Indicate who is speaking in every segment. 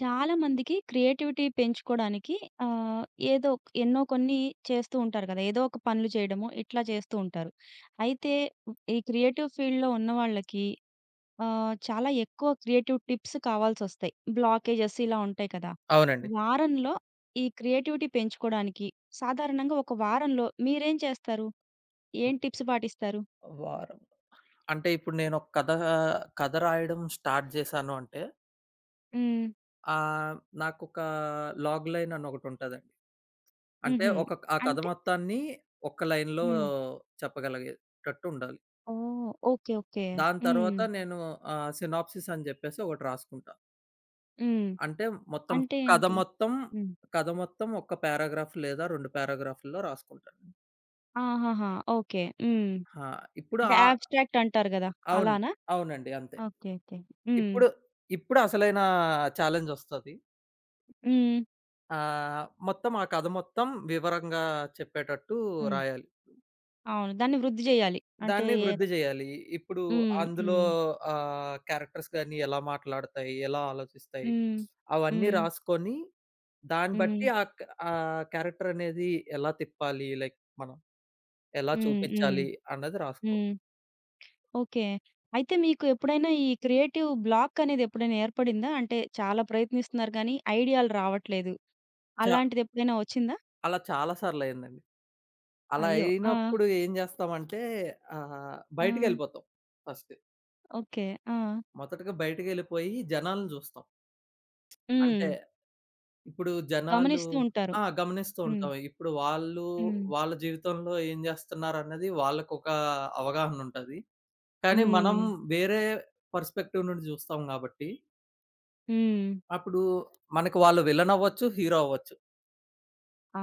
Speaker 1: చాలా మందికి క్రియేటివిటీ పెంచుకోవడానికి ఆహ్, ఎన్నో కొన్ని చేస్తూ ఉంటారు కదా! ఏదో ఒక పనులు చేయడము ఇట్లా చేస్తూ ఉంటారు. అయితే ఈ క్రియేటివ్ ఫీల్డ్‌లో ఉన్నవాళ్ళకి చాలా ఎక్కువ క్రియేటివ్ టిప్స్ కావాల్సొస్తాయి. బ్లాకేజెస్ ఇలా ఉంటాయి కదా!
Speaker 2: అవునండి.
Speaker 1: వారంలో ఈ క్రియేటివిటీ పెంచుకోవడానికి సాధారణంగా ఒక వారంలో మీరేం చేస్తారు? ఏం టిప్స్ పాటిస్తారు?
Speaker 2: వారం. అంటే ఇప్పుడు నేనొక కథ కథ రాయడం స్టార్ట్ జేశాను అంటే,
Speaker 1: హ్మ్.
Speaker 2: ఆహ్, నాకొక లాగ్ లైన్ అని ఒకటుంటదండి. అంటే
Speaker 1: హుహు.
Speaker 2: ఒక ఆ కథ
Speaker 1: అంటే
Speaker 2: మొత్తాన్ని ఒక్క లైన్‌లో
Speaker 1: హ్మ్.
Speaker 2: చెప్పగలిగేటట్టు ఉండాలి.
Speaker 1: ఓహ్! ఓకే. ఓకే.
Speaker 2: దాని
Speaker 1: హ్మ్.
Speaker 2: తర్వాత నేను సినాప్సిస్ అని జెప్పేసి ఒకటి రాసుకుంటా.
Speaker 1: హ్మ్.
Speaker 2: అంటే మొత్తం
Speaker 1: అంటే
Speaker 2: కథ
Speaker 1: ఏంటి?
Speaker 2: మొత్తం,
Speaker 1: హ్మ్.
Speaker 2: కథ మొత్తం ఒక్క పారాగ్రాఫ్ లేదా 2 పారాగ్రాఫ్‌ల్లో రాసుకుంటాను.
Speaker 1: ఆహాహా! ఓకే. హ్మ్.
Speaker 2: ఆ! ఇప్పుడు
Speaker 1: అంటే
Speaker 2: ఆ
Speaker 1: అబ్స్ట్రాక్ట్ అంటారు గదా!
Speaker 2: అవును.
Speaker 1: అలానా?
Speaker 2: అవునండి. అంతే.
Speaker 1: ఓకే. ఓకే. హ్మ్.
Speaker 2: ఇప్పుడు ఇప్పుడు అసలైన ఛాలెంజొస్తది.
Speaker 1: హ్మ్.
Speaker 2: మొత్తం ఆ కథ మొత్తం వివరంగా చెప్పేటట్టు
Speaker 1: హ్మ్.
Speaker 2: రాయాలి.
Speaker 1: అవును. దాన్ని వృద్ధి జేయాలి. అంటే
Speaker 2: దాన్ని వృద్ధి జేయాలి. ఇప్పుడు
Speaker 1: హ్మ్.
Speaker 2: అందులో
Speaker 1: హ్మ్.
Speaker 2: క్యారెక్టర్స్ గాని ఎలా మాట్లాడతాయి? ఎలా ఆలోచిస్తాయి?
Speaker 1: హ్మ్.
Speaker 2: అవన్నీ
Speaker 1: హ్మ్.
Speaker 2: రాసుకొని దాన్ని బట్టి
Speaker 1: హ్మ్.
Speaker 2: ఆ క్యారెక్టర్ అనేది ఎలా తిప్పాలి? లైక్ మనం ఎలా
Speaker 1: హ్మ్. హ్మ్.
Speaker 2: చూపించాలి? అన్నది రాసుకో.
Speaker 1: హ్మ్. ఓకే. అయితే మీకు ఎప్పుడైనా ఈ క్రియేటివ్ బ్లాక్ అనేది ఎప్పుడైనా ఏర్పడిందా? అంటే చాలా ప్రయత్నిస్తున్నారు గానీ ఐడియాలు రావట్లేదు.
Speaker 2: చ
Speaker 1: అలాంటిది ఎప్పుడైనా వచ్చిందా?
Speaker 2: అలా చాలా సార్లయిందండి. అలా
Speaker 1: అయ్యో! ఆ!
Speaker 2: అయినప్పుడు ఏం జేస్తామంటే
Speaker 1: ఆ!
Speaker 2: బయటికెళ్ళిపోతాం ఫస్ట్.
Speaker 1: ఓకే. ఆ!
Speaker 2: మొదటగా బయటికెళ్ళిపోయి జనాలను జూస్తాం.
Speaker 1: హ్మ్.
Speaker 2: అంటే ఇప్పుడు జనాలు
Speaker 1: గమనిస్తూ ఉంటారు.
Speaker 2: ఆ! గమనిస్తూ
Speaker 1: హ్మ్.
Speaker 2: ఉంటాం. ఇప్పుడు వాళ్ళు
Speaker 1: హ్మ్.
Speaker 2: వాళ్ళ జీవితంలో ఏం జేస్తున్నారన్నది వాళ్ళకొక అవగాహన ఉంటది. కానీ మనం
Speaker 1: హ్మ్.
Speaker 2: వేరే పర్స్‌పెక్టివ్ నుండి జూస్తాం గాబట్టి,
Speaker 1: హ్మ్.
Speaker 2: అప్పుడు మనకు వాళ్ళు విలన్ అవ్వచ్చు, హీరో అవ్వచ్చు.
Speaker 1: ఆ!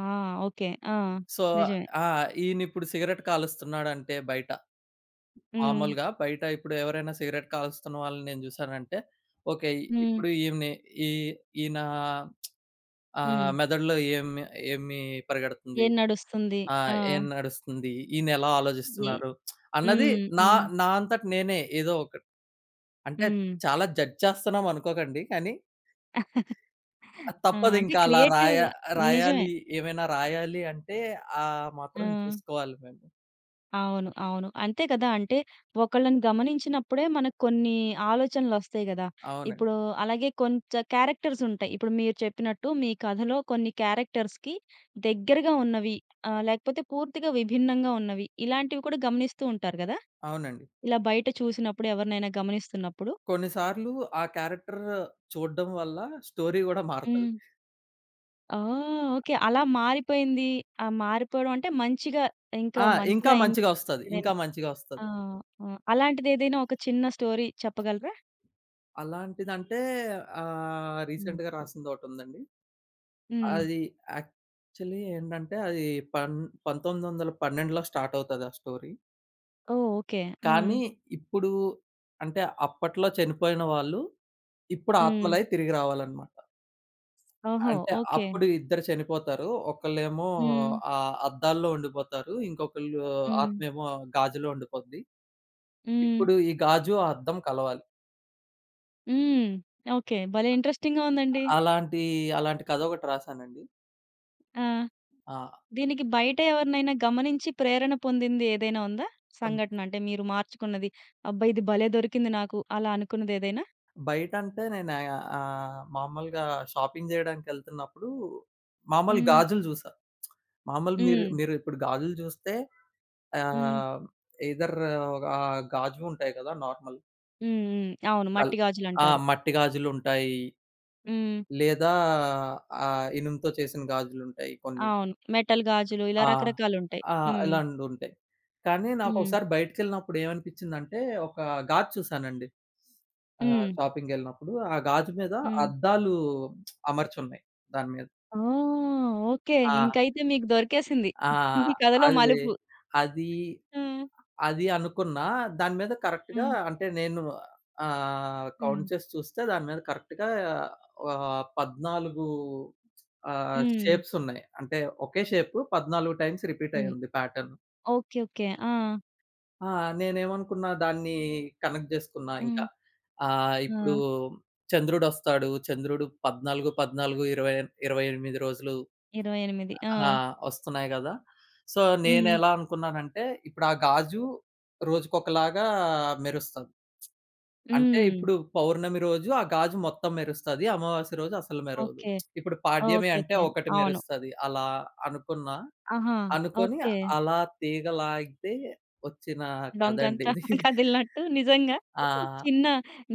Speaker 1: ఓకే. ఆ!
Speaker 2: సో,
Speaker 1: నిజమే.
Speaker 2: ఆ! ఈయనిప్పుడు సిగరెట్ కాలుస్తున్నాడంటే బయట,
Speaker 1: హ్మ్.
Speaker 2: మామూలుగా బయట ఇప్పుడు ఎవరైనా సిగరెట్ కాలుస్తున్న వాళ్ళని నేను జూసానంటే, ఓకే.
Speaker 1: హ్మ్.
Speaker 2: ఇప్పుడు ఈమెని ఈ ఈయన
Speaker 1: హ్మ్.
Speaker 2: మెదడులో ఏమి ఏమి పరిగెడుతుంది?
Speaker 1: ఏం నడుస్తుంది.
Speaker 2: ఆ!
Speaker 1: ఆ!
Speaker 2: ఏం నడుస్తుంది? ఈయనెలా
Speaker 1: ఏ
Speaker 2: ఆలోచిస్తున్నారు? అన్నది
Speaker 1: హ్మ్.
Speaker 2: నా
Speaker 1: హ్మ్.
Speaker 2: నా అంతట నేనే ఏదో ఒక అంటే
Speaker 1: హ్మ్.
Speaker 2: చాలా జడ్జ్ చేస్తున్నాం అనుకోకండి. కానీ
Speaker 1: ఆ! అంటే
Speaker 2: తప్పదింకా అలా రాయ
Speaker 1: క్రియేటివ్‌గా నిజమే.
Speaker 2: రాయాలి. ఏమైనా రాయాలి అంటే ఆ
Speaker 1: ఆ!
Speaker 2: మాత్రం చూసుకోవాలి మేము.
Speaker 1: అవును. అవును. అంతే కదా! అంటే ఒకళ్ళని గమనించినప్పుడే మనకు కొన్ని ఆలోచనలొస్తాయి గదా!
Speaker 2: అవునండి.
Speaker 1: ఇప్పుడు అలాగే కొంచెం క్యారెక్టర్స్ ఉంటాయి. ఇప్పుడు మీరు చెప్పినట్టు మీ కథలో కొన్ని క్యారెక్టర్స్‌కి దగ్గరగా ఉన్నవి లేకపోతే పూర్తిగా విభిన్నంగా ఉన్నవి. ఇలాంటివి కూడా గమనిస్తూ ఉంటారు గదా!
Speaker 2: అవునండి.
Speaker 1: ఇలా బయట చూసినప్పుడు ఎవరినైనా గమనిస్తున్నప్పుడు,
Speaker 2: కొన్ని సార్లు ఆ క్యారెక్టర్ చూడడం వల్ల స్టోరీ గూడా మారుతది.
Speaker 1: హ్మ్. ఓహ్! ఓకే. అలా మారిపోయింది. ఆ మారిపోవడం అంటే మంచిగా ఇంకా
Speaker 2: ఆ!
Speaker 1: మంచిగా
Speaker 2: ఇంకా
Speaker 1: అయింది
Speaker 2: మంచిగా ఒస్తది.
Speaker 1: ఏదైనా.
Speaker 2: ఇంకా మంచిగా
Speaker 1: ఆ!
Speaker 2: ఒస్తది.
Speaker 1: ఆ! అలాంటిదేదైనా ఒక చిన్న స్టోరీ చెప్పగలరా?
Speaker 2: అలాంటిదంటే
Speaker 1: హ్మ్.
Speaker 2: రీసెంట్‌గా రాసిందొకటుందండి.
Speaker 1: హ్మ్.
Speaker 2: అది యాక్చువల్లీ ఏంటంటే అది పన్ 1912లో స్టార్ట్ అవుతది ఆ స్టోరీ.
Speaker 1: ఓహ్! ఓకే. హ్మ్.
Speaker 2: కానీ ఇప్పుడు అంటే అప్పట్లో చనిపోయిన వాళ్ళు ఇప్పుడు
Speaker 1: హ్మ్.
Speaker 2: ఆత్మలై తిరిగి రావాలన్నమాట.
Speaker 1: ఓహో!
Speaker 2: అంటే
Speaker 1: ఓకే.
Speaker 2: అప్పుడు ఇద్దరు చనిపోతారు. ఒకళ్ళేమో
Speaker 1: హ్మ్.
Speaker 2: అద్దాల్లో ఉండిపోతారు. ఇంకొకళ్ళు
Speaker 1: హ్మ్.
Speaker 2: ఆత్మేమో గాజులో ఉండిపోద్ది.
Speaker 1: హ్మ్.
Speaker 2: ఇప్పుడు ఈ గాజు, ఆ అద్దం కలవాలి.
Speaker 1: హ్మ్. ఓకే. భలే ఇంట్రెస్టింగ్‌గా ఉందండి.
Speaker 2: అలాంటి అలాంటి కథ ఒకటి రాసానండి.
Speaker 1: ఆ!
Speaker 2: ఆ!
Speaker 1: దీనికి బయట ఎవరినైనా గమనించి ప్రేరణ పొందింది ఏదైనా ఉందా? సంఘటన అంటే మీరు మార్చుకున్నది. అబ్బా! ఇది భలే దొరికింది నాకు అలా అనుకున్నది ఏదైనా?
Speaker 2: బయటంటే నేను మామూలుగా షాపింగ్ జేయడానికెళ్తున్నప్పుడు మామూలు
Speaker 1: హ్మ్.
Speaker 2: గాజులు జూసా. మామూలు మీరు
Speaker 1: హ్మ్.
Speaker 2: మీరు ఇప్పుడు గాజులు జూస్తే
Speaker 1: హ్మ్.
Speaker 2: ఆహ్, ఎయిదర్ గాజువుంటాయి కదా! నార్మల్
Speaker 1: హ్మ్. హ్మ్. అవును.
Speaker 2: కల్
Speaker 1: మట్టి
Speaker 2: ఆ!
Speaker 1: గాజులంటారు.
Speaker 2: మట్టి గాజులుంటాయి.
Speaker 1: హ్మ్.
Speaker 2: లేదా ఇనుముతో చేసిన గాజులుంటాయి కొన్ని.
Speaker 1: అవును. మెటల్ గాజులు ఇలా
Speaker 2: ఆ!
Speaker 1: రకరకాలుంటాయి.
Speaker 2: ఆ!
Speaker 1: హ్మ్.
Speaker 2: ఇలాండుంటాయి. కానీ
Speaker 1: హ్మ్.
Speaker 2: నాకొకసారి బయటికెళ్ళినప్పుడు ఏమనిపించిందంటే, ఒక గాజు చూసానండి.
Speaker 1: హ్మ్.
Speaker 2: షాపింగ్‌కెళ్ళినప్పుడు ఆ గాజు మీద
Speaker 1: హ్మ్.
Speaker 2: అద్దాలు అమర్చున్నాయి దాని మీద.
Speaker 1: ఓహ్! ఓకే.
Speaker 2: ఆ!
Speaker 1: ఇంకైతే మీకు దొరికేసింది.
Speaker 2: ఆ!
Speaker 1: మీ కథలో
Speaker 2: అది,
Speaker 1: మలుపు.
Speaker 2: అది,
Speaker 1: ఆ!
Speaker 2: అది అనుకున్నా దాని మీద కరెక్ట్‌గా
Speaker 1: హ్మ్.
Speaker 2: అంటే నేను
Speaker 1: హ్మ్.
Speaker 2: కౌంట్ చేసి చూస్తే దాని మీద కరెక్ట్‌గా 14
Speaker 1: హ్మ్.
Speaker 2: షేప్స్ ఉన్నాయి. అంటే ఒకే షేప్ 14 టైమ్స్ రిపీట్
Speaker 1: హ్మ్.
Speaker 2: అయ్యింది ప్యాటర్న్.
Speaker 1: ఓకే. ఓకే. ఆ!
Speaker 2: ఆ! నేనేమనుకున్నా దాన్ని కనెక్ట్ జేసుకున్నా
Speaker 1: హ్మ్.
Speaker 2: ఇంకా. ఇప్పుడు
Speaker 1: ఆ!
Speaker 2: చంద్రుడొస్తాడు. చంద్రుడు 20, 28 రోజులు
Speaker 1: 28 ఆ!
Speaker 2: ఆ! ఒస్తున్నాయి గదా! సో,
Speaker 1: హ్మ్.
Speaker 2: నేనెలా అనుకున్నానంటే, ఇప్పుడు ఆ గాజు రోజుకొకలాగా మెరుస్తది. అంటే
Speaker 1: హ్మ్.
Speaker 2: ఇప్పుడు పౌర్ణమి రోజు ఆ గాజు మొత్తం మెరుస్తది. అమావాస్య రోజు అసలు మెరవదు.
Speaker 1: ఓకే.
Speaker 2: ఇప్పుడు పాడ్యమి
Speaker 1: ఓకే.
Speaker 2: అంటే
Speaker 1: ఓకే.
Speaker 2: ఒకటి
Speaker 1: అవును.
Speaker 2: మెరుస్తది. అలా అనుకున్నా.
Speaker 1: ఆహా!
Speaker 2: అనుకోని
Speaker 1: ఓకే.
Speaker 2: అలా తీగలాగితే వచ్చిన కథండి
Speaker 1: డొంకంతా
Speaker 2: ఇది.
Speaker 1: కదిలినట్టు నిజంగా
Speaker 2: ఆ!
Speaker 1: చిన్న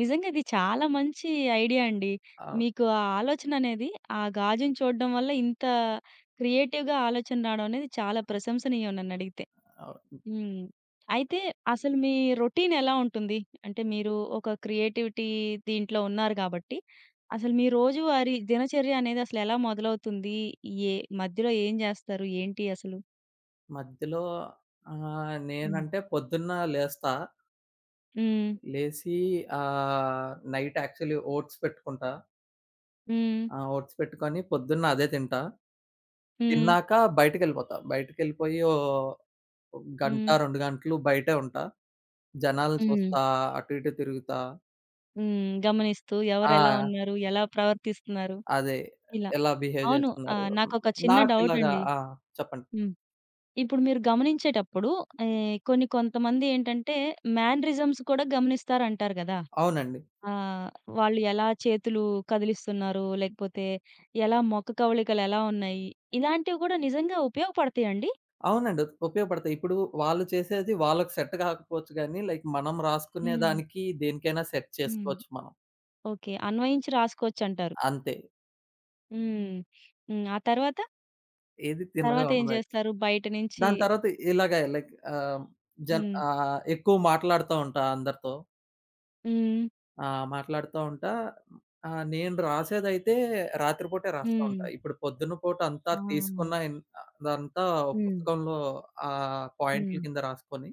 Speaker 1: నిజంగా ఇది చాలా మంచి ఐడియా అండి.
Speaker 2: అవ్
Speaker 1: మీకు ఆ ఆలోచన అనేది ఆ గాజుని చూడడం వల్ల ఇంత క్రియేటివ్‌గా ఆలోచన రావడం అనేది చాలా ప్రశంసనీయం నన్నడిగితే.
Speaker 2: అవ్
Speaker 1: హ్మ్. అయితే అసలు మీ రొటీన్ ఎలా ఉంటుంది? అంటే మీరు ఒక క్రియేటివిటీ దీంట్లో ఉన్నారు గాబట్టి, అసలు మీ రోజువారీ దినచర్య అనేది అసలు ఎలా మొదలవుతుంది? ఏ మధ్యలో ఏం జేస్తారు? ఏంటి అసలు?
Speaker 2: మధ్యలో
Speaker 1: హ్మ్.
Speaker 2: నేనంటే పొద్దున్న లేస్తా.
Speaker 1: హ్మ్.
Speaker 2: లేసి నైట్ యాక్చువల్లీ ఓట్స్ పెట్టుకుంటా.
Speaker 1: హ్మ్.
Speaker 2: ఆ! ఓట్స్ పెట్టుకొని పొద్దున్న అదే తింటా.
Speaker 1: హ్మ్.
Speaker 2: తిన్నాక బయటికెళ్ళిపోతా. బయటికెళ్ళిపోయి ఓహ్! గంట,
Speaker 1: హ్మ్.
Speaker 2: 2 గంటలు బయటే ఉంటా. జనాలను
Speaker 1: హ్మ్.
Speaker 2: చూస్తా, అటు ఇటు తిరుగుతా.
Speaker 1: హ్మ్. గమనిస్తూ ఎవరెలా
Speaker 2: ఆ!
Speaker 1: ఉన్నారు? ఎలా ప్రవర్తిస్తున్నారు?
Speaker 2: అదే.
Speaker 1: ఇలా.
Speaker 2: ఎలా బిహేవ్
Speaker 1: అవును.
Speaker 2: చేస్తున్నారు?
Speaker 1: నాకొక చిన్న
Speaker 2: నాకిలాగా
Speaker 1: డౌటండి.
Speaker 2: ఆ! చెప్పండి.
Speaker 1: హ్మ్. ఇప్పుడు మీరు గమనించేటప్పుడు కొన్ని కొంతమంది ఏంటంటే, మేనరిజమ్స్ కూడా గమనిస్తారంటారు గదా!
Speaker 2: అవునండి.
Speaker 1: ఆ! వాళ్ళు ఎలా చేతులు కదిలిస్తున్నారు? లేకపోతే ఎలా మొక్క కవళికలు ఎలా ఉన్నాయి? ఇలాంటివి గూడా నిజంగా ఉపయోగపడతాయండి?
Speaker 2: అవునండి. ఉపయోగపడతాయి. ఇప్పుడు వాళ్ళు చేసేది వాళ్ళకి సెట్ కాకపోవచ్చు గానీ, లైక్ మనం రాసుకునే
Speaker 1: హ్మ్.
Speaker 2: దానికి దేనికైనా సెట్
Speaker 1: హ్మ్.
Speaker 2: చేసుకోవచ్చు మనం.
Speaker 1: ఓకే. అన్వయించి రాసుకోవచ్చంటారు.
Speaker 2: అంతే.
Speaker 1: హ్మ్. హ్మ్. ఆ తర్వాత?
Speaker 2: ఏది తిన్నగా
Speaker 1: తర్వాతేం
Speaker 2: ఉండదు యాక్చువల్లీ.
Speaker 1: చేస్తారు? బయట నుంచి
Speaker 2: దాని తర్వాత ఇలాగే లైక్
Speaker 1: హ్మ్.
Speaker 2: ఎక్కువ మాట్లాడుతా ఉంటా అందరితో.
Speaker 1: హ్మ్.
Speaker 2: ఆ! మాట్లాడుతా ఉంటా. నేను రాసేదైతే రాత్రిపూటే రాస్తా
Speaker 1: హ్మ్.
Speaker 2: ఉంటా. ఇప్పుడు పొద్దున్న పూట అంతా
Speaker 1: ఆ!
Speaker 2: తీసుకున్న ఇన్ అదంతా ఒక
Speaker 1: హ్మ్.
Speaker 2: పుస్తకంలో పాయింట్‌ల
Speaker 1: హ్మ్.
Speaker 2: కింద రాసుకొని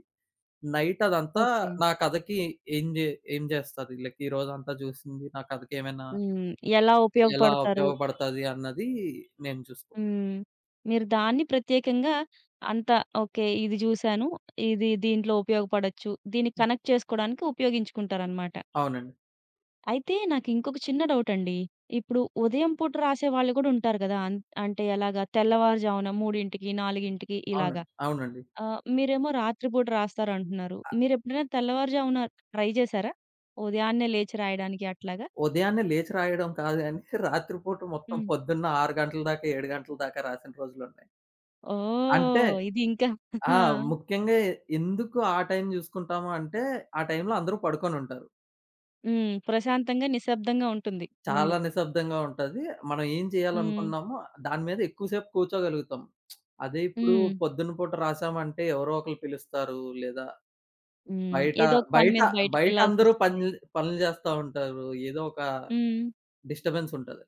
Speaker 2: నైట్ అదంతా
Speaker 1: ఓకే.
Speaker 2: నా కథకి ఏం జే ఏం జేస్తది? లైక్ ఈ రోజంతా జూసింది నా కథకేమైనా
Speaker 1: హ్మ్. ఎలా
Speaker 2: ఎలా
Speaker 1: ఉపయోగపడతారు?
Speaker 2: ఉపయోగపడతది అన్నది నేను చూసుకుంటా.
Speaker 1: హ్మ్. మీరు దాన్ని ప్రత్యేకంగా అంత ఓకే. ఇది జూసాను. ఇది దీంట్లో ఉపయోగపడొచ్చు. దీన్ని కనెక్ట్ చేసుకోవడానికి ఉపయోగించుకుంటారనమాట.
Speaker 2: అవునండి.
Speaker 1: అయితే నాకు ఇంకొక చిన్న డౌటండి. ఇప్పుడు ఉదయం పూట రాసేవాళ్ళు గూడా ఉంటారు గదా! అంటే ఎలాగా? తెల్లవారుజామున 3:00, 4:00 ఇలాగా.
Speaker 2: అవునండి. అవునండి.
Speaker 1: మీరేమో రాత్రి పూట రాస్తారంటున్నారు. మీరెప్పుడైనా తెల్లవారుజామున ట్రై జేశారా? ఉదయాన్నే లేచి రాయడానికి అట్లాగా?
Speaker 2: ఉదయాన్నే లేచి రాయడం కాదు గానీ, రాత్రిపూట మొత్తం
Speaker 1: హ్మ్.
Speaker 2: పొద్దున్న 6 గంటల దాకా, 7 గంటల దాకా రాసిన రోజులున్నాయి. అంటే
Speaker 1: ఓహ్! ఇది ఇంకా
Speaker 2: ఆ! ముఖ్యంగా ఎందుకు ఆ టైం జూసుకుంటాము అంటే, ఆ టైంలో అందరూ పడుకొనుంటారు.
Speaker 1: హ్మ్. ప్రశాంతంగా, నిశ్శబ్దంగా ఉంటుంది ముందు.
Speaker 2: చాలా నిశ్శబ్దంగా ఉంటది. మనం ఏం
Speaker 1: హ్మ్.
Speaker 2: చేయాలనుకున్నామో దాని మీద ఎక్కువ సేపు కూర్చోగలుగుతాం. అదే ఇప్పుడు
Speaker 1: హ్మ్.
Speaker 2: పొద్దున పూట రాసామంటే ఎవరో ఒకళ్ళు పిలుస్తారు. లేదా
Speaker 1: హ్మ్.
Speaker 2: బయట
Speaker 1: ఏదో ఒక పని
Speaker 2: బయట
Speaker 1: మీద
Speaker 2: బయట అందరూ
Speaker 1: బయటికెళ్ళాల్సొస్తుంది.
Speaker 2: పనులు పనులు చేస్తా ఉంటారు. ఏదో ఒక
Speaker 1: హ్మ్.
Speaker 2: డిస్టర్బెన్స్ ఉంటది.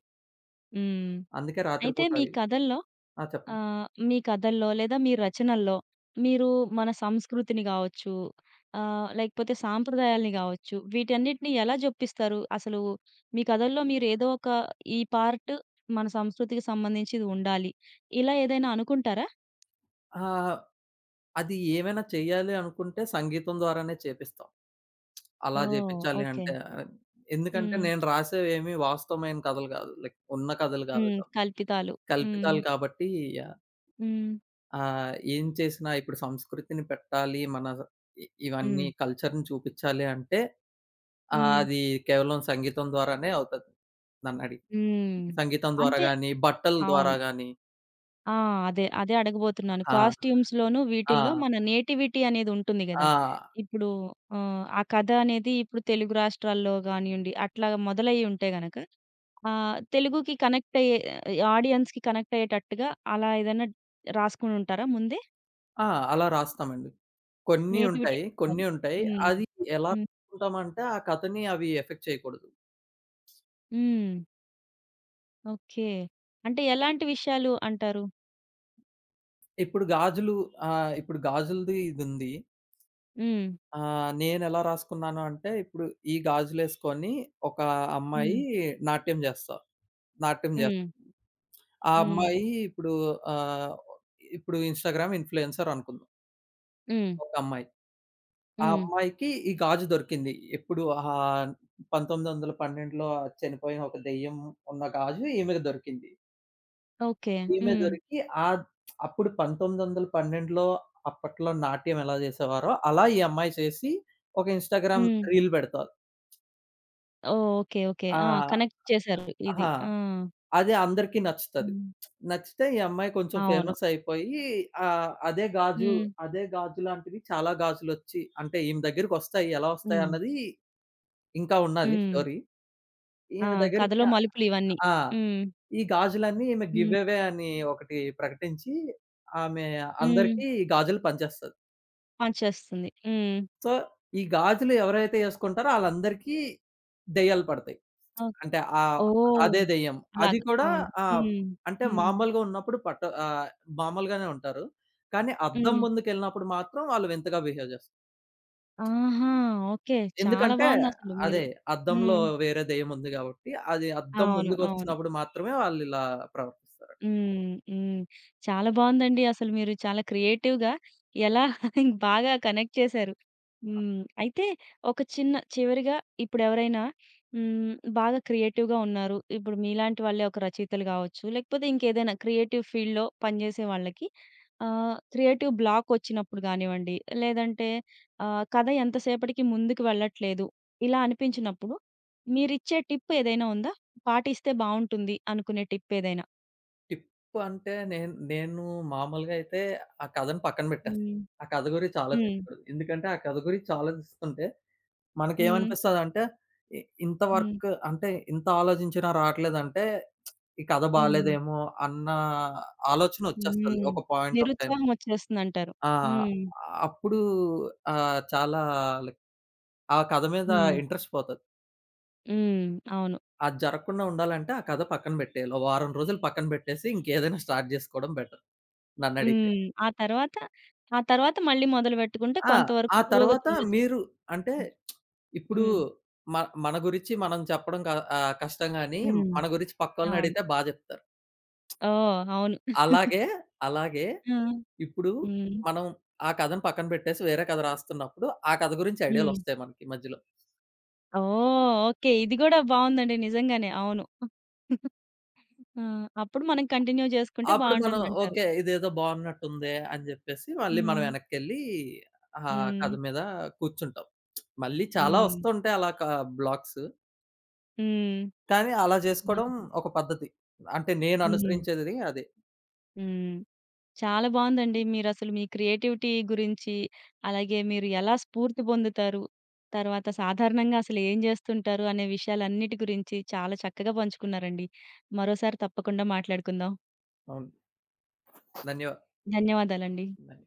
Speaker 1: హ్మ్.
Speaker 2: అందుకే రాత్రి
Speaker 1: అయితే
Speaker 2: పూట
Speaker 1: మీ
Speaker 2: అవి
Speaker 1: కథల్లో
Speaker 2: ఆ! చెప్పండి.
Speaker 1: మీ కథల్లో లేదా మీ రచనల్లో మీరు మన సంస్కృతిని గావచ్చు, లేకపోతే సాంప్రదాయాల్ని గావచ్చు, వీటన్నిటిని ఎలా జొప్పిస్తారు? అసలు మీ కథల్లో మీరేదో ఒక ఈ పార్ట్ మన సంస్కృతికి సంబంధించిది ఉండాలి. ఇలా ఏదైనా అనుకుంటారా?
Speaker 2: ఆహ్, అది ఏమైనా చేయాలి అనుకుంటే సంగీతం ద్వారానే చేపిస్తాం. అలా
Speaker 1: ఓహ్!
Speaker 2: చేపిచ్చాలి
Speaker 1: ఓకే.
Speaker 2: అంటే ఆ, ఎందుకంటే
Speaker 1: హ్మ్.
Speaker 2: నేను రాసేవేమి వాస్తవమైన కథలు కాదు. లైక్ ఉన్న కథలు కాదు.
Speaker 1: హ్మ్. కల్పితాలు. హ్మ్.
Speaker 2: కల్పితాలు కాబట్టి
Speaker 1: హ్మ్.
Speaker 2: ఏం చేసినా ఇప్పుడు సంస్కృతిని పెట్టాలి. మన ఇవన్నీ
Speaker 1: హ్మ్.
Speaker 2: కల్చర్‌ని చూపిచ్చాలి అంటే
Speaker 1: హ్మ్.
Speaker 2: అది కేవలం సంగీతం ద్వారానే అవుతది. నన్నడిగి
Speaker 1: హ్మ్.
Speaker 2: సంగీతం ద్వారా
Speaker 1: అంతే.
Speaker 2: గాని, బట్టల ద్వారా
Speaker 1: అవును.
Speaker 2: గాని
Speaker 1: ఆ! అదే. అదే అడగబోతున్నాను.
Speaker 2: ఆ!
Speaker 1: కాస్ట్యూమ్స్‌లోనూ వీటిల్లో
Speaker 2: ఆ!
Speaker 1: మన నేటివిటీ అనేదుంటుంది
Speaker 2: ఆ!
Speaker 1: గదా! ఇప్పుడు ఆ కథ అనేది ఇప్పుడు తెలుగు రాష్ట్రాల్లో గానియండి, అట్లా మొదలయ్యి ఉంటే గనక తెలుగుకి కనెక్ట్ అయ్యే ఆడియన్స్‌కి కనెక్ట్ అయ్యేటట్టుగా అలా ఏదైనా రాసుకొని ఉంటారా ముందే?
Speaker 2: ఆ! అలా రాస్తామండి. కొన్ని
Speaker 1: నేటివిటీ
Speaker 2: ఉంటాయి.
Speaker 1: ఉండాలి.
Speaker 2: కొన్ని ఉంటాయి.
Speaker 1: హ్మ్.
Speaker 2: అది ఎలా
Speaker 1: హ్మ్.
Speaker 2: రాసుకుంటామంటే ఆ కథని అవి ఎఫెక్ట్ చేయకూడదు.
Speaker 1: హ్మ్. ఓకే. అంటే ఎలాంటి విషయాలు అంటారు?
Speaker 2: ఇప్పుడు గాజులు ఇప్పుడు గాజులది ఇదుంది.
Speaker 1: హ్మ్.
Speaker 2: ఆ! నేనెలా రాసుకున్నాను అంటే, ఇప్పుడు ఈ గాజులేసుకొని ఒక
Speaker 1: హ్మ్.
Speaker 2: అమ్మాయి నాట్యం జేస్తా. నాట్యం జేస్తా.
Speaker 1: హ్మ్.
Speaker 2: ఆ
Speaker 1: హ్మ్.
Speaker 2: అమ్మాయి ఇప్పుడు ఆహ్, ఇప్పుడు ఇన్‌స్టాగ్రామ్ ఇన్‌ఫ్లుయెన్సర్ అనుకుందాం
Speaker 1: హ్మ్.
Speaker 2: ఒక అమ్మాయి. ఆ
Speaker 1: హ్మ్.
Speaker 2: అమ్మాయికి ఈ గాజు దొరికింది. ఎప్పుడు 1912లో చనిపోయిన ఒక దెయ్యం ఉన్న గాజు ఈమెకి దొరికింది.
Speaker 1: ఓకే.
Speaker 2: ఈమె
Speaker 1: హ్మ్.
Speaker 2: దొరికి ఆహ్, అప్పుడు 1912లో అప్పట్లో నాట్యం ఎలా జేసేవారో అలా ఈ అమ్మాయి చేసి ఒక ఇన్‌స్టాగ్రామ్
Speaker 1: హ్మ్.
Speaker 2: రీల్ బెడతారు.
Speaker 1: ఓకే. ఓకే.
Speaker 2: ఆ!
Speaker 1: ఆ! కనెక్ట్ చేశారు ఇది.
Speaker 2: ఆ!
Speaker 1: ఆ!
Speaker 2: అది అందరికీ నచ్చుతది.
Speaker 1: హ్మ్.
Speaker 2: నచ్చితే ఈ అమ్మాయి కొంచెం
Speaker 1: అవును.
Speaker 2: ఫేమస్ అయిపోయి ఆహ్, అదే గాజు,
Speaker 1: హ్మ్.
Speaker 2: అదే గాజు లాంటివి చాలా గాజులొచ్చి అంటే ఈమె దగ్గరికొస్తాయి. ఎలా
Speaker 1: హ్మ్.
Speaker 2: వస్తాయన్నది ఇంకా ఉన్నాది
Speaker 1: హ్మ్.
Speaker 2: స్టోరీ.
Speaker 1: ఆ!
Speaker 2: ఈమె దగ్గరికి
Speaker 1: కథలో మలుపులు ఇవన్నీ.
Speaker 2: ఆ!
Speaker 1: హ్మ్.
Speaker 2: ఈ గాజులన్నీ ఈమె
Speaker 1: హ్మ్.
Speaker 2: గివ్ అవే అని ఒకటి ప్రకటించి ఆమె
Speaker 1: హ్మ్.
Speaker 2: అందరికీ ఈ గాజులు పంచేస్తది.
Speaker 1: పంచేస్తుంది. హ్మ్.
Speaker 2: సో, ఈ గాజులు ఎవరైతే ఏసుకుంటారో ఆళ్ళందరికీ దెయ్యాలు పడతాయి.
Speaker 1: ఓహ్!
Speaker 2: అంటే
Speaker 1: ఓహ్!
Speaker 2: అదే దెయ్యం. అది
Speaker 1: అలాగా.
Speaker 2: కూడా
Speaker 1: అవును.
Speaker 2: ఆ!
Speaker 1: హ్మ్.
Speaker 2: అంటే
Speaker 1: హ్మ్.
Speaker 2: మామూలుగా ఉన్నప్పుడు మామూలుగానే ఉంటారు. కానీ అద్దం
Speaker 1: హ్మ్.
Speaker 2: ముందుకెళ్ళినప్పుడు మాత్రం వాళ్ళు వింతగా బిహేవ్ చేస్తారు.
Speaker 1: ఆహా! ఓకే. చాలా
Speaker 2: ఎందుకంటే
Speaker 1: బావుందసలు
Speaker 2: అదే
Speaker 1: మీరు.
Speaker 2: అద్దంలో
Speaker 1: హ్మ్.
Speaker 2: వేరే దెయ్యం ఉంది కాబట్టి, అది అద్దం
Speaker 1: అవును. అవును.
Speaker 2: ముందుకొచ్చినప్పుడు మాత్రమే వాళ్ళిలా ప్రవర్తిస్తారు.
Speaker 1: హ్మ్. హ్మ్. చాలా బావుందండి. అసలు మీరు చాలా క్రియేటివ్‌గా ఎలా బాగా కనెక్ట్ చేశారు. హ్మ్. అయితే ఒక చిన్న చివరిగా ఇప్పుడెవరైనా హ్మ్. బాగా క్రియేటివ్‌గా ఉన్నారు. ఇప్పుడు మీలాంటి వాళ్ళే ఒక రచయితలు గావచ్చు, లేకపోతే ఇంకేదైనా క్రియేటివ్ ఫీల్డ్‌లో పనిజేసే వాళ్ళకి క్రియేటివ్ బ్లాక్ వచ్చినప్పుడు గానివ్వండి, లేదంటే కథ ఎంతసేపటికి ముందుకు వెళ్ళట్లేదు. ఇలా అనిపించినప్పుడు మీరిచ్చే టిప్ ఏదైనా ఉందా? పాటిస్తే బావుంటుంది అనుకునే టిప్ ఏదైనా?
Speaker 2: టిప్ అంటే నేను నేను మామూలుగా అయితే ఆ కథను పక్కన పెట్టేస్తాను.
Speaker 1: హ్మ్.
Speaker 2: ఆ కథ గురించి
Speaker 1: హ్మ్.
Speaker 2: ఆలోచించకూడదు. ఎందుకంటే ఆ కథ గురించి ఆలోచిస్తుంటే
Speaker 1: హ్మ్.
Speaker 2: మనకేమనిపిస్తదంటే, ఇ ఇంత
Speaker 1: హ్మ్.
Speaker 2: వర్క్ అంటే ఇంత ఆలోచించినా రావట్లేదంటే ఈ కథ
Speaker 1: హ్మ్.
Speaker 2: బాలేదేమో అన్న ఆలోచనొచ్చేస్తది.
Speaker 1: హ్మ్.
Speaker 2: ఒక పాయింట్ ఆఫ్ టైమ్.
Speaker 1: నిరుత్సాహం వచ్చేస్తుందంటారు.
Speaker 2: ఆ!
Speaker 1: హ్మ్.
Speaker 2: అప్పుడు చాలా లైక్ ఆ కథ మీద
Speaker 1: హ్మ్.
Speaker 2: ఇంట్రెస్ట్ పోతది.
Speaker 1: హ్మ్. అవును.
Speaker 2: అది జరగకుండా ఉండాలంటే ఆ కథ పక్కన బెట్టేయాలి. ఓ వారం రోజులు పక్కన బెట్టేసి ఇంకేదైనా స్టార్ట్ జేసుకోవడం బెటర్ నన్నడిగితే.
Speaker 1: హ్మ్. ఆ తర్వాత ఆ తర్వాత మళ్ళీ మొదలుపెట్టుకుంటే
Speaker 2: ఆ!
Speaker 1: కొంతవరకు
Speaker 2: ఆ
Speaker 1: పురోగతి
Speaker 2: తర్వాత
Speaker 1: ఉండొచ్చు.
Speaker 2: మీరు అంటే ఇప్పుడు
Speaker 1: హ్మ్.
Speaker 2: మ మన గురించి మనం చెప్పడం కష్టం గానీ
Speaker 1: హ్మ్.
Speaker 2: మన గురించి
Speaker 1: అవును.
Speaker 2: పక్కోళ్ళనడిగితే బా జెప్తారు.
Speaker 1: ఓహ్! అవును.
Speaker 2: అలాగే, అలాగే
Speaker 1: ఆ!
Speaker 2: ఇప్పుడు
Speaker 1: హ్మ్.
Speaker 2: మనం ఆ కథను పక్కన పెట్టేసి వేరే కథ రాస్తున్నప్పుడు, ఆ కథ గురించి
Speaker 1: హ్మ్.
Speaker 2: ఐడియాలొస్తాయి మనకి మధ్యలో.
Speaker 1: ఓహ్! ఓకే. ఇది గూడా బావుందండి నిజంగానే. అవును. ఆ! అప్పుడు మనం కంటిన్యూ చేసుకుంటే
Speaker 2: అప్పుడు మనం
Speaker 1: బావుంటుందంటారు.
Speaker 2: ఓకే. ఇదేదో బాగున్నట్టుందే అని జెప్పేసి మళ్ళీ మనం
Speaker 1: హ్మ్.
Speaker 2: వెనక్కెళ్ళి ఆ
Speaker 1: హ్మ్.
Speaker 2: కథ మీద కూర్చుంటాం. మళ్ళీ చాలా
Speaker 1: హ్మ్.
Speaker 2: వస్తుంటాయి అలా బ్లాక్స్.
Speaker 1: హ్మ్.
Speaker 2: కానీ అలా జేసుకోవడం
Speaker 1: హ్మ్.
Speaker 2: ఒక పద్ధతి. అంటే నేను
Speaker 1: హ్మ్.
Speaker 2: అనుసరించేది అదే.
Speaker 1: హ్మ్. చాలా బావుందండి. మీరసలు మీ క్రియేటివిటీ గురించి, అలాగే మీరు ఎలా స్ఫూర్తి పొందుతారు, తర్వాత సాధారణంగా అసలు ఏం జేస్తుంటారు అనే విషయాలన్నిటి గురించి చాలా చక్కగా పంచుకున్నారండి. మరోసారి తప్పకుండా మాట్లాడుకుందాం.
Speaker 2: అవును. ధన్యవా
Speaker 1: ధన్యవాదాలండి.
Speaker 2: ధన్య